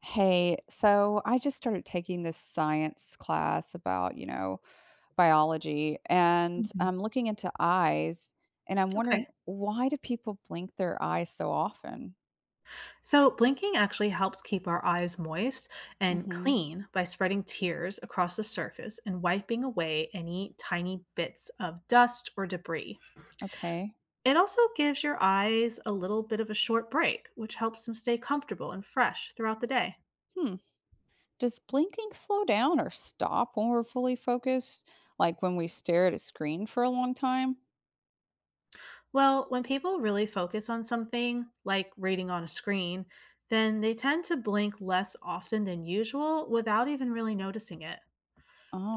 Hey, so I just started taking this science class about, you know, biology, and Mhm. I'm looking into eyes, and I'm wondering, Okay. why do people blink their eyes so often? So blinking actually helps keep our eyes moist and Hmm. clean by spreading tears across the surface and wiping away any tiny bits of dust or debris. Okay. It also gives your eyes a little bit of a short break, which helps them stay comfortable and fresh throughout the day. Hmm. Does blinking slow down or stop when we're fully focused, like when we stare at a screen for a long time? Well, when people really focus on something, like reading on a screen, then they tend to blink less often than usual without even really noticing it.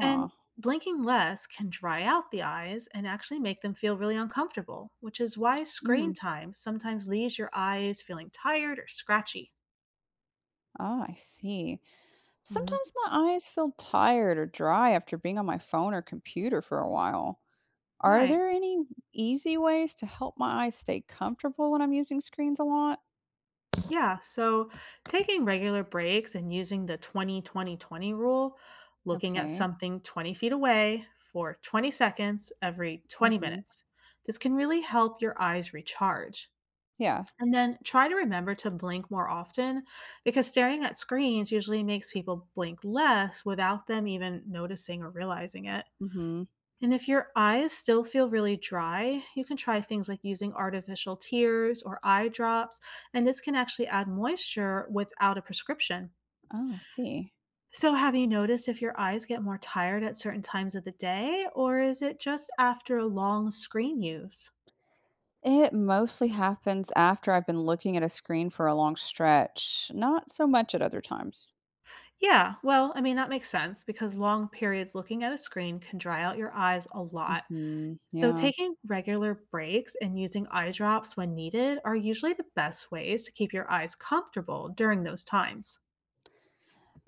And blinking less can dry out the eyes and actually make them feel really uncomfortable, which is why screen Mm. time sometimes leaves your eyes feeling tired or scratchy. Ah, I see. Hmm. Sometimes my eyes feel tired or dry after being on my phone or computer for a while. Are Right. there any easy ways to help my eyes stay comfortable when I'm using screens a lot? Yeah. So taking regular breaks and using the 20-20-20 rule, looking at Okay. something 20 feet away for 20 seconds every 20 Mhm. minutes, this can really help your eyes recharge. Yeah. And then try to remember to blink more often, because staring at screens usually makes people blink less without them even noticing or realizing it. Mhm. And if your eyes still feel really dry, you can try things like using artificial tears or eye drops, and this can actually add moisture without a prescription. Oh, I see. So, have you noticed if your eyes get more tired at certain times of the day, or is it just after a long screen use? It mostly happens after I've been looking at a screen for a long stretch, not so much at other times. Yeah, well, I mean, that makes sense because long periods looking at a screen can dry out your eyes a lot. Mhm. So, Yeah. taking regular breaks and using eye drops when needed are usually the best ways to keep your eyes comfortable during those times.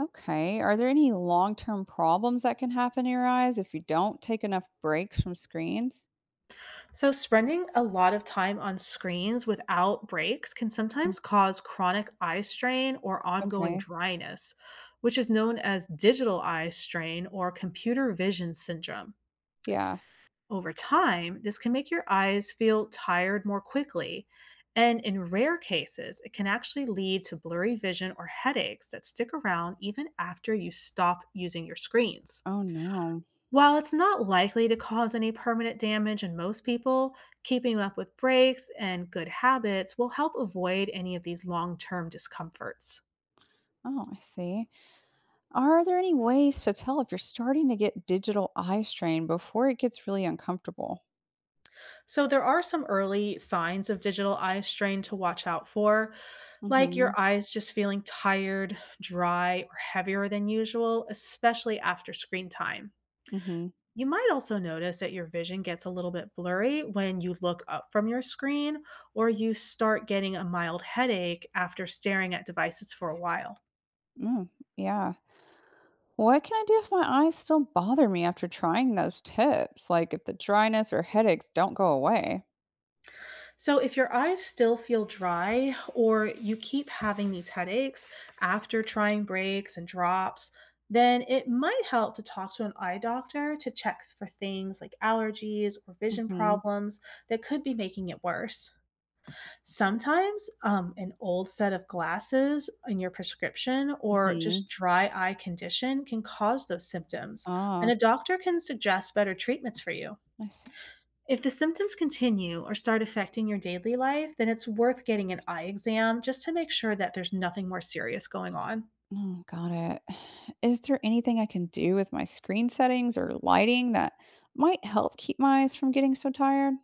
Okay. Are there any long-term problems that can happen to your eyes if you don't take enough breaks from screens? So, spending a lot of time on screens without breaks can Mm. sometimes cause chronic eye strain or ongoing Okay. dryness, which is known as digital eye strain or computer vision syndrome. Yeah. Over time, this can make your eyes feel tired more quickly. And in rare cases, it can actually lead to blurry vision or headaches that stick around even after you stop using your screens. Oh no. While it's not likely to cause any permanent damage in most people, keeping up with breaks and good habits will help avoid any of these long term discomforts. Oh, I see. Are there any ways to tell if you're starting to get digital eye strain before it gets really uncomfortable? So, there are some early signs of digital eye strain to watch out for, like your Mhm. eyes just feeling tired, dry, or heavier than usual, especially after screen time. Mhm. You might also notice that your vision gets a little bit blurry when you look up from your screen, or you start getting a mild headache after staring at devices for a while. Mm, yeah. What can I do if my eyes still bother me after trying those tips? Like if the dryness or headaches don't go away? So, if your eyes still feel dry or you keep having these headaches after trying breaks and drops, then it might help to talk to an eye doctor to check for things like allergies or Mm. vision Mhm. problems that could be making it worse. Sometimes, an old set of glasses in your prescription Mm. or Mhm. just dry eye condition can cause those symptoms, and Ah, a doctor can suggest better treatments for you. I see. If the symptoms continue or start affecting your daily life, then it's worth getting an eye exam just to make sure that there's nothing more serious going on. Oh, got it. Is there anything I can do with my screen settings or lighting that might help keep my eyes from getting so tired?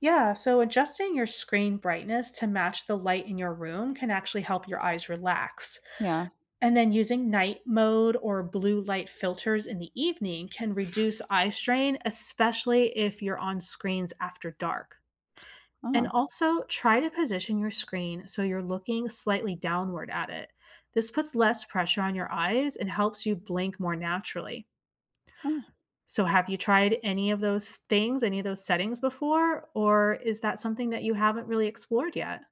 Yeah, so adjusting your screen brightness to match the light in your room can actually help your eyes relax. Yeah. And then using night mode or blue light filters in the evening can reduce eye strain, especially if you're on screens after dark. And Oh, also try to position your screen so you're looking slightly downward at it. This puts less pressure on your eyes and helps you blink more naturally. oh. So, have you tried any of those things, any of those settings before, or is that something that you haven't really explored yet?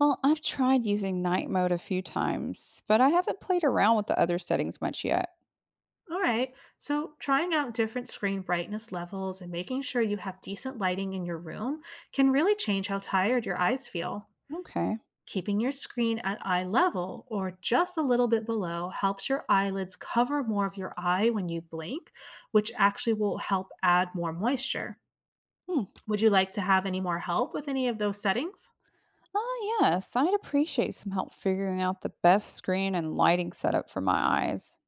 Well, I've tried using night mode a few times, but I haven't played around with the other settings much yet. All right, so trying out different screen brightness levels and making sure you have decent lighting in your room can really change how tired your eyes feel. Okay. Keeping your screen at eye level or just a little bit below helps your eyelids cover more of your eye when you blink, which actually will help add more moisture. Hmm. Would you like to have any more help with any of those settings? Oh, yes, I'd appreciate some help figuring out the best screen and lighting setup for my eyes.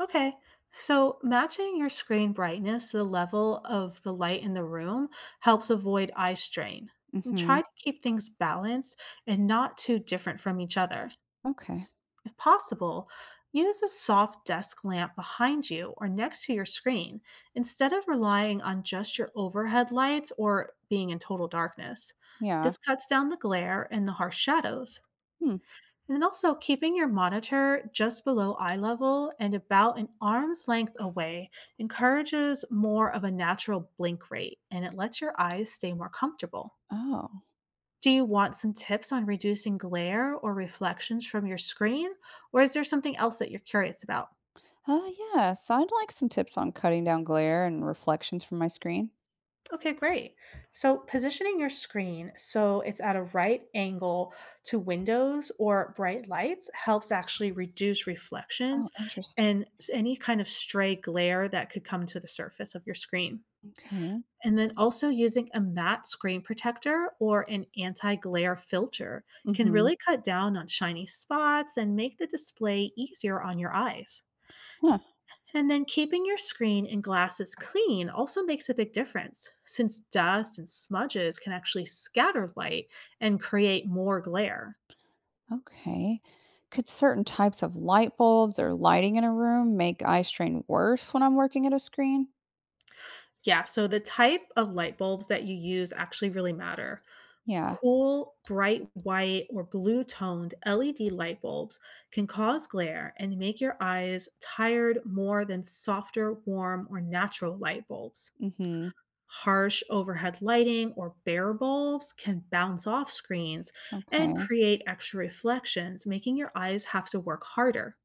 Okay, so matching your screen brightness to the level of the light in the room helps avoid eye strain. And Mm-hmm. try to keep things balanced and not too different from each other. Okay. S- If possible, use a soft desk lamp behind you or next to your screen instead of relying on just your overhead lights or being in total darkness. Yeah. This cuts down the glare and the harsh shadows. Hmm. And then also keeping your monitor just below eye level and about an arm's length away encourages more of a natural blink rate, and it lets your eyes stay more comfortable. Oh. Do you want some tips on reducing glare or reflections from your screen? Or is there something else that you're curious about? Oh, yes, I'd like some tips on cutting down glare and reflections from my screen. Okay, great. So, positioning your screen so it's at a right angle to windows or bright lights helps actually reduce Oh, reflections interesting. and any kind of stray glare that could come to the surface of your screen. Okay. And then also using a matte screen protector or an anti glare filter can Mm-hmm. really cut down on shiny spots and make the display easier on your eyes. Huh. And then keeping your screen and glasses clean also makes a big difference, since dust and smudges can actually scatter light and create more glare. Okay. Could certain types of light bulbs or lighting in a room make eye strain worse when I'm working at a screen? Yeah, so the type of light bulbs that you use actually really matter. Yeah. Cool, bright white or blue toned LED light bulbs can cause glare and make your eyes tired more than softer, warm, or natural light bulbs. Mhm. Harsh overhead lighting or bare bulbs can bounce off screens and Okay. create extra reflections, making your eyes have to work harder,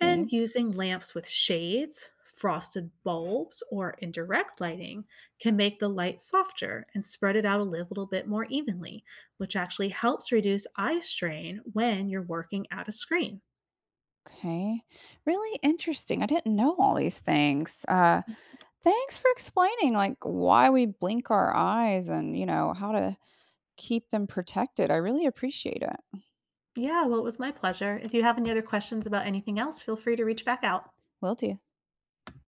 and using lamps with shades, frosted bulbs, or indirect lighting can make the light softer and spread it out a little bit more evenly, which actually helps reduce eye strain when you're working at a screen. Okay. Really interesting. I didn't know all these things. Thanks for explaining, like, why we blink our eyes and, you know, how to keep them protected. I really appreciate it. Yeah, well, it was my pleasure. If you have any other questions about anything else, feel free to reach back out. Will do.